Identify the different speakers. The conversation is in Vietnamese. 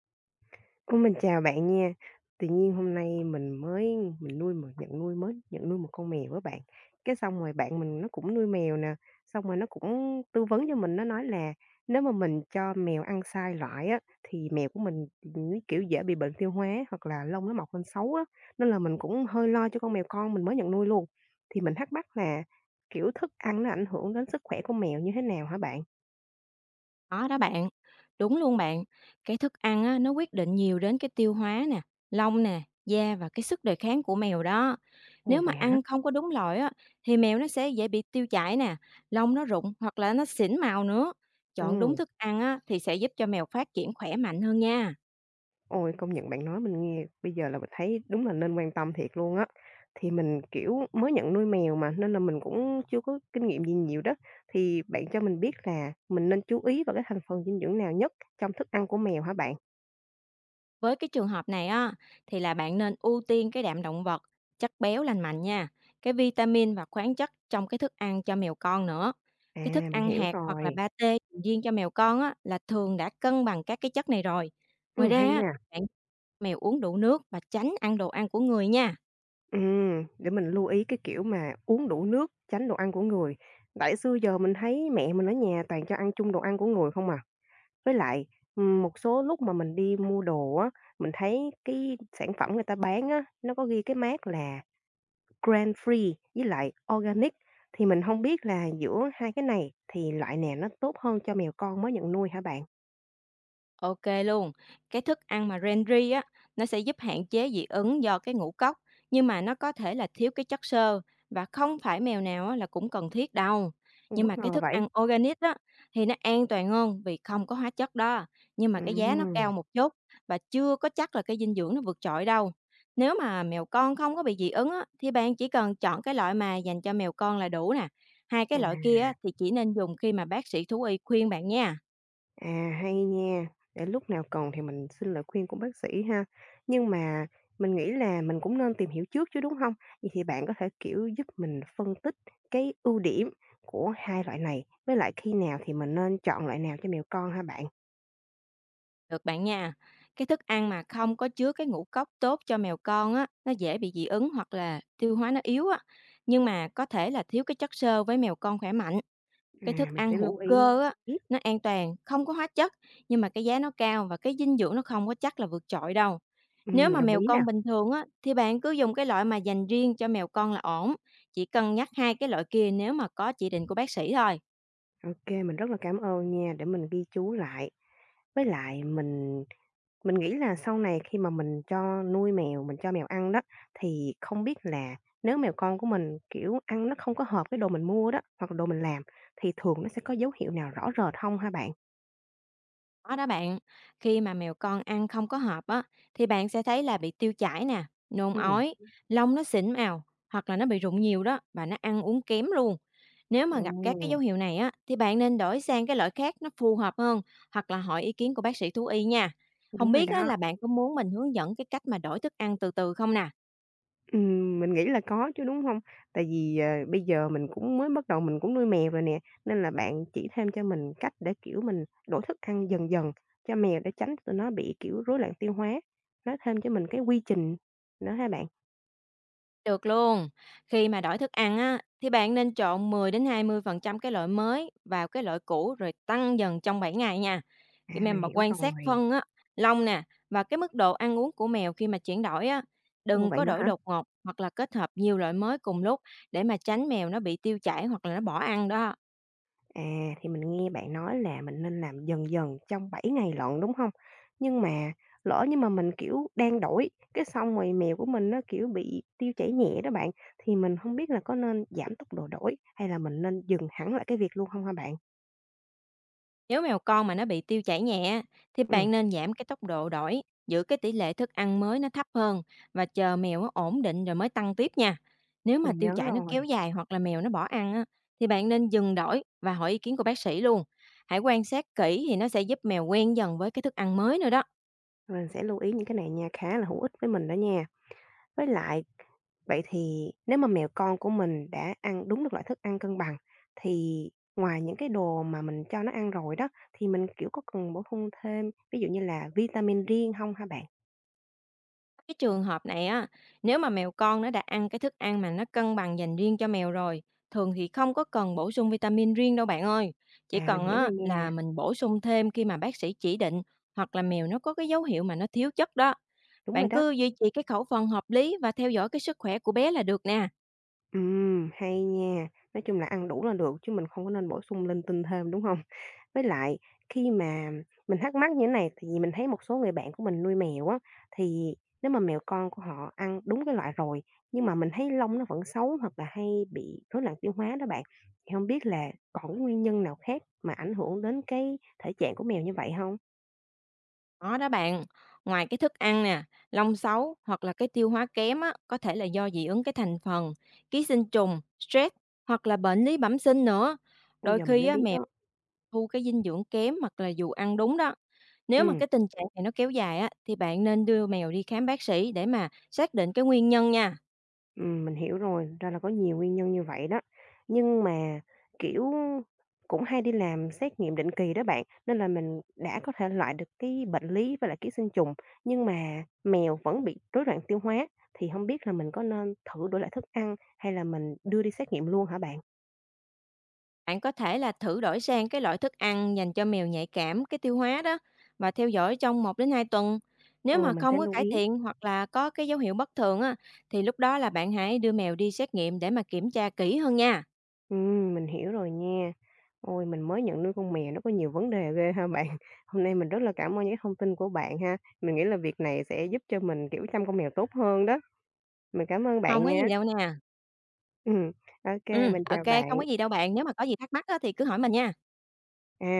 Speaker 1: Ô, mình chào bạn nha. Tự nhiên hôm nay mình mới mình nuôi một nhận nuôi mới nhận nuôi một con mèo với bạn. Cái xong rồi bạn mình nó cũng nuôi mèo nè, xong rồi nó cũng tư vấn cho mình, nó nói là nếu mà mình cho mèo ăn sai loại á, thì mèo của mình, nó, kiểu, dễ bị bệnh tiêu hóa hoặc là lông nó mọc lên xấu á, nên là mình cũng hơi lo cho con mèo con mình mới nhận nuôi luôn. Thì mình thắc mắc là, kiểu, thức ăn nó ảnh hưởng đến sức khỏe của mèo như thế nào hả bạn?
Speaker 2: Có đó bạn, đúng luôn bạn. Cái thức ăn á, nó quyết định nhiều đến cái tiêu hóa nè, lông nè, da và cái sức đề kháng của mèo đó.
Speaker 1: Ồ,
Speaker 2: Nếu mà
Speaker 1: vậy hả?
Speaker 2: ăn không có đúng loại á, thì mèo nó sẽ dễ bị tiêu chảy nè, lông nó rụng hoặc là nó xỉn màu nữa. Chọn đúng
Speaker 1: Ừ.
Speaker 2: thức ăn á, thì sẽ giúp cho mèo phát triển khỏe mạnh hơn nha.
Speaker 1: Ôi, công nhận bạn nói mình nghe bây giờ là mình thấy đúng là nên quan tâm thiệt luôn á. Thì mình, kiểu, mới nhận nuôi mèo mà, nên là mình cũng chưa có kinh nghiệm gì nhiều đó. Thì bạn cho mình biết là mình nên chú ý vào cái thành phần dinh dưỡng nào nhất trong thức ăn của mèo hả bạn?
Speaker 2: Với cái trường hợp này á, thì là bạn nên ưu tiên cái đạm động vật, chất béo lành mạnh nha, cái vitamin và khoáng chất trong cái thức ăn cho mèo con nữa. Cái thức
Speaker 1: À, mình
Speaker 2: ăn
Speaker 1: hiểu
Speaker 2: hạt hoặc là
Speaker 1: rồi.
Speaker 2: pate riêng cho mèo con á, là thường đã cân bằng các cái chất này rồi. Ngoài ra,
Speaker 1: Hay
Speaker 2: á,
Speaker 1: nha.
Speaker 2: bạn mèo uống đủ nước và tránh ăn đồ ăn của người nha.
Speaker 1: Để mình lưu ý cái kiểu mà uống đủ nước, tránh đồ ăn của người. Tại xưa giờ mình thấy mẹ mình ở nhà toàn cho ăn chung đồ ăn của người không à. Với lại, một số lúc mà mình đi mua đồ á, mình thấy cái sản phẩm người ta bán á, nó có ghi cái mác là Grain Free với lại Organic, thì mình không biết là giữa hai cái này thì loại nào nó tốt hơn cho mèo con mới nhận nuôi hả bạn?
Speaker 2: OK luôn. Cái thức ăn mà Rendri á, nó sẽ giúp hạn chế dị ứng do cái ngũ cốc, nhưng mà nó có thể là thiếu cái chất xơ và không phải mèo nào á là cũng cần thiết đâu. Nhưng
Speaker 1: Bất
Speaker 2: mà cái
Speaker 1: ngờ
Speaker 2: thức
Speaker 1: vậy.
Speaker 2: ăn organic á, thì nó an toàn hơn vì không có hóa chất đó, nhưng mà cái giá nó
Speaker 1: Ừm,
Speaker 2: cao một chút và chưa có chắc là cái dinh dưỡng nó vượt trội đâu. Nếu mà mèo con không có bị dị ứng á, thì bạn chỉ cần chọn cái loại mà dành cho mèo con là đủ nè. Hai cái loại
Speaker 1: à.
Speaker 2: kia á, thì chỉ nên dùng khi mà bác sĩ thú y khuyên bạn nha.
Speaker 1: À, hay nha, để lúc nào cần thì mình xin lời khuyên của bác sĩ ha. Nhưng mà mình nghĩ là mình cũng nên tìm hiểu trước chứ, đúng không? Vậy thì bạn có thể, kiểu, giúp mình phân tích cái ưu điểm của hai loại này, với lại khi nào thì mình nên chọn loại nào cho mèo con ha bạn?
Speaker 2: Được bạn nha. Cái thức ăn mà không có chứa cái ngũ cốc tốt cho mèo con á, nó dễ bị dị ứng hoặc là tiêu hóa nó yếu á. Nhưng mà có thể là thiếu cái chất xơ với mèo con khỏe mạnh. Cái thức
Speaker 1: À, mình
Speaker 2: ăn
Speaker 1: sẽ
Speaker 2: hữu
Speaker 1: lưu ý.
Speaker 2: cơ á, nó an toàn, không có hóa chất, nhưng mà cái giá nó cao và cái dinh dưỡng nó không có chắc là vượt trội đâu. Nếu mà
Speaker 1: Đồng
Speaker 2: mèo
Speaker 1: ý nè.
Speaker 2: con bình thường á, thì bạn cứ dùng cái loại mà dành riêng cho mèo con là ổn. Chỉ cân nhắc hai cái loại kia nếu mà có chỉ định của bác sĩ thôi.
Speaker 1: OK, mình rất là cảm ơn nha, để mình ghi chú lại. Với lại mình nghĩ là sau này khi mà mình cho nuôi mèo, mình cho mèo ăn đó, thì không biết là nếu mèo con của mình, kiểu, ăn nó không có hợp cái đồ mình mua đó, hoặc là đồ mình làm, thì thường nó sẽ có dấu hiệu nào rõ rệt không hả bạn?
Speaker 2: Có đó bạn, khi mà mèo con ăn không có hợp á, thì bạn sẽ thấy là bị tiêu chảy nè, nôn
Speaker 1: Ừ,
Speaker 2: ói, lông nó xỉn màu, hoặc là nó bị rụng nhiều đó, và nó ăn uống kém luôn. Nếu mà
Speaker 1: ồ,
Speaker 2: gặp các cái dấu hiệu này á, thì bạn nên đổi sang cái loại khác nó phù hợp hơn, hoặc là hỏi ý kiến của bác sĩ thú y nha. Không
Speaker 1: đúng rồi
Speaker 2: biết á,
Speaker 1: đó.
Speaker 2: là bạn có muốn mình hướng dẫn cái cách mà đổi thức ăn từ từ không nè?
Speaker 1: Mình nghĩ là có chứ, đúng hông? Tại vì, bây giờ mình cũng mới bắt đầu mình cũng nuôi mèo rồi nè, nên là bạn chỉ thêm cho mình cách để, kiểu, mình đổi thức ăn dần dần cho mèo để tránh tụi nó bị, kiểu, rối loạn tiêu hóa, nói thêm cho mình cái quy trình nữa ha bạn.
Speaker 2: Được luôn. Khi mà đổi thức ăn á, thì bạn nên trộn 10 đến 20% cái loại mới vào cái loại cũ rồi tăng dần trong 7 ngày nha. Cái
Speaker 1: À,
Speaker 2: mèo
Speaker 1: mình
Speaker 2: mà
Speaker 1: hiểu
Speaker 2: quan sát
Speaker 1: rồi.
Speaker 2: phân á, lông nè và cái mức độ ăn uống của mèo khi mà chuyển đổi á,
Speaker 1: Ồ,
Speaker 2: đừng
Speaker 1: vậy
Speaker 2: có
Speaker 1: nữa
Speaker 2: đổi
Speaker 1: hả?
Speaker 2: đột ngột hoặc là kết hợp nhiều loại mới cùng lúc để mà tránh mèo nó bị tiêu chảy hoặc là nó bỏ ăn đó.
Speaker 1: À, thì mình nghe bạn nói là mình nên làm dần dần trong 7 ngày lận, đúng không? Nhưng mà lỡ như mà mình, kiểu, đang đổi, cái xong rồi mèo của mình nó, kiểu, bị tiêu chảy nhẹ đó bạn, thì mình không biết là có nên giảm tốc độ đổi hay là mình nên dừng hẳn lại cái việc luôn không hả bạn?
Speaker 2: Nếu mèo con mà nó bị tiêu chảy nhẹ thì
Speaker 1: Ừm,
Speaker 2: bạn nên giảm cái tốc độ đổi, giữ cái tỷ lệ thức ăn mới nó thấp hơn và chờ mèo nó ổn định rồi mới tăng tiếp nha. Nếu mà
Speaker 1: mình
Speaker 2: tiêu
Speaker 1: nhớ
Speaker 2: chảy nó kéo
Speaker 1: rồi,
Speaker 2: dài hoặc là mèo nó bỏ ăn á, thì bạn nên dừng đổi và hỏi ý kiến của bác sĩ luôn. Hãy quan sát kỹ thì nó sẽ giúp mèo quen dần với cái thức ăn mới nữa đó.
Speaker 1: mình sẽ lưu ý những cái này nha, khá là hữu ích với mình đó nha. Với lại vậy thì nếu mà mèo con của mình đã ăn đúng được loại thức ăn cân bằng, thì ngoài những cái đồ mà mình cho nó ăn rồi đó, thì mình, kiểu, có cần bổ sung thêm, ví dụ như là vitamin riêng không hả bạn?
Speaker 2: Cái trường hợp này á, nếu mà mèo con nó đã ăn cái thức ăn mà nó cân bằng dành riêng cho mèo rồi, thường thì không có cần bổ sung vitamin riêng đâu bạn ơi. Chỉ
Speaker 1: À, mình
Speaker 2: cần
Speaker 1: hiểu
Speaker 2: á
Speaker 1: rồi
Speaker 2: là
Speaker 1: nha,
Speaker 2: mình bổ sung thêm khi mà bác sĩ chỉ định hoặc là mèo nó có cái dấu hiệu mà nó thiếu chất đó.
Speaker 1: đúng rồi
Speaker 2: Bạn
Speaker 1: đó.
Speaker 2: cứ duy trì cái khẩu phần hợp lý và theo dõi cái sức khỏe của bé là được nè.
Speaker 1: Hay nha. Nói chung là ăn đủ là được chứ mình không có nên bổ sung linh tinh thêm, đúng không? Với lại khi mà mình thắc mắc như thế này, thì vì mình thấy một số người bạn của mình nuôi mèo á, thì nếu mà mèo con của họ ăn đúng cái loại rồi, nhưng mà mình thấy lông nó vẫn xấu hoặc là hay bị rối loạn tiêu hóa đó bạn, thì hông biết là còn cái nguyên nhân nào khác mà ảnh hưởng đến cái thể trạng của mèo như vậy không?
Speaker 2: Có đó bạn, ngoài cái thức ăn nè, lông xấu hoặc là cái tiêu hóa kém á, có thể là do dị ứng cái thành phần, ký sinh trùng, stress hoặc là bệnh lý bẩm sinh nữa.
Speaker 1: Bây
Speaker 2: Đôi
Speaker 1: giờ mình
Speaker 2: khi
Speaker 1: mới
Speaker 2: á,
Speaker 1: biết
Speaker 2: mèo
Speaker 1: đó.
Speaker 2: thu cái dinh dưỡng kém hoặc là dù ăn đúng đó. Nếu mà
Speaker 1: Ừm.
Speaker 2: cái tình trạng này nó kéo dài á, thì bạn nên đưa mèo đi khám bác sĩ để mà xác định cái nguyên nhân nha.
Speaker 1: Mình hiểu rồi, ra là có nhiều nguyên nhân như vậy đó. Nhưng mà, kiểu, cũng hay đi làm xét nghiệm định kỳ đó bạn, nên là mình đã có thể loại được cái bệnh lý với lại ký sinh trùng, nhưng mà mèo vẫn bị rối loạn tiêu hóa, thì không biết là mình có nên thử đổi lại thức ăn hay là mình đưa đi xét nghiệm luôn hả bạn?
Speaker 2: Bạn có thể là thử đổi sang cái loại thức ăn dành cho mèo nhạy cảm cái tiêu hóa đó và theo dõi trong 1 đến 2 tuần. Nếu
Speaker 1: Ồ,
Speaker 2: mà
Speaker 1: mình sẽ
Speaker 2: không có
Speaker 1: lưu
Speaker 2: cải
Speaker 1: ý.
Speaker 2: thiện hoặc là có cái dấu hiệu bất thường á thì lúc đó là bạn hãy đưa mèo đi xét nghiệm để mà kiểm tra kỹ hơn nha.
Speaker 1: Mình hiểu rồi nha. Ôi, mình mới nhận nuôi con mèo nó có nhiều vấn đề ghê ha bạn. Hôm nay mình rất là cảm ơn những thông tin của bạn ha. Mình nghĩ là việc này sẽ giúp cho mình, kiểu, chăm con mèo tốt hơn đó. Mình cảm ơn
Speaker 2: Không
Speaker 1: bạn
Speaker 2: có gì
Speaker 1: nha.
Speaker 2: đâu nè.
Speaker 1: Ừm, ô kê,
Speaker 2: Ừm,
Speaker 1: mình
Speaker 2: ô
Speaker 1: chào
Speaker 2: không
Speaker 1: bạn.
Speaker 2: có gì đâu bạn, nếu mà có gì thắc mắc á thì cứ hỏi mình nha.
Speaker 1: À,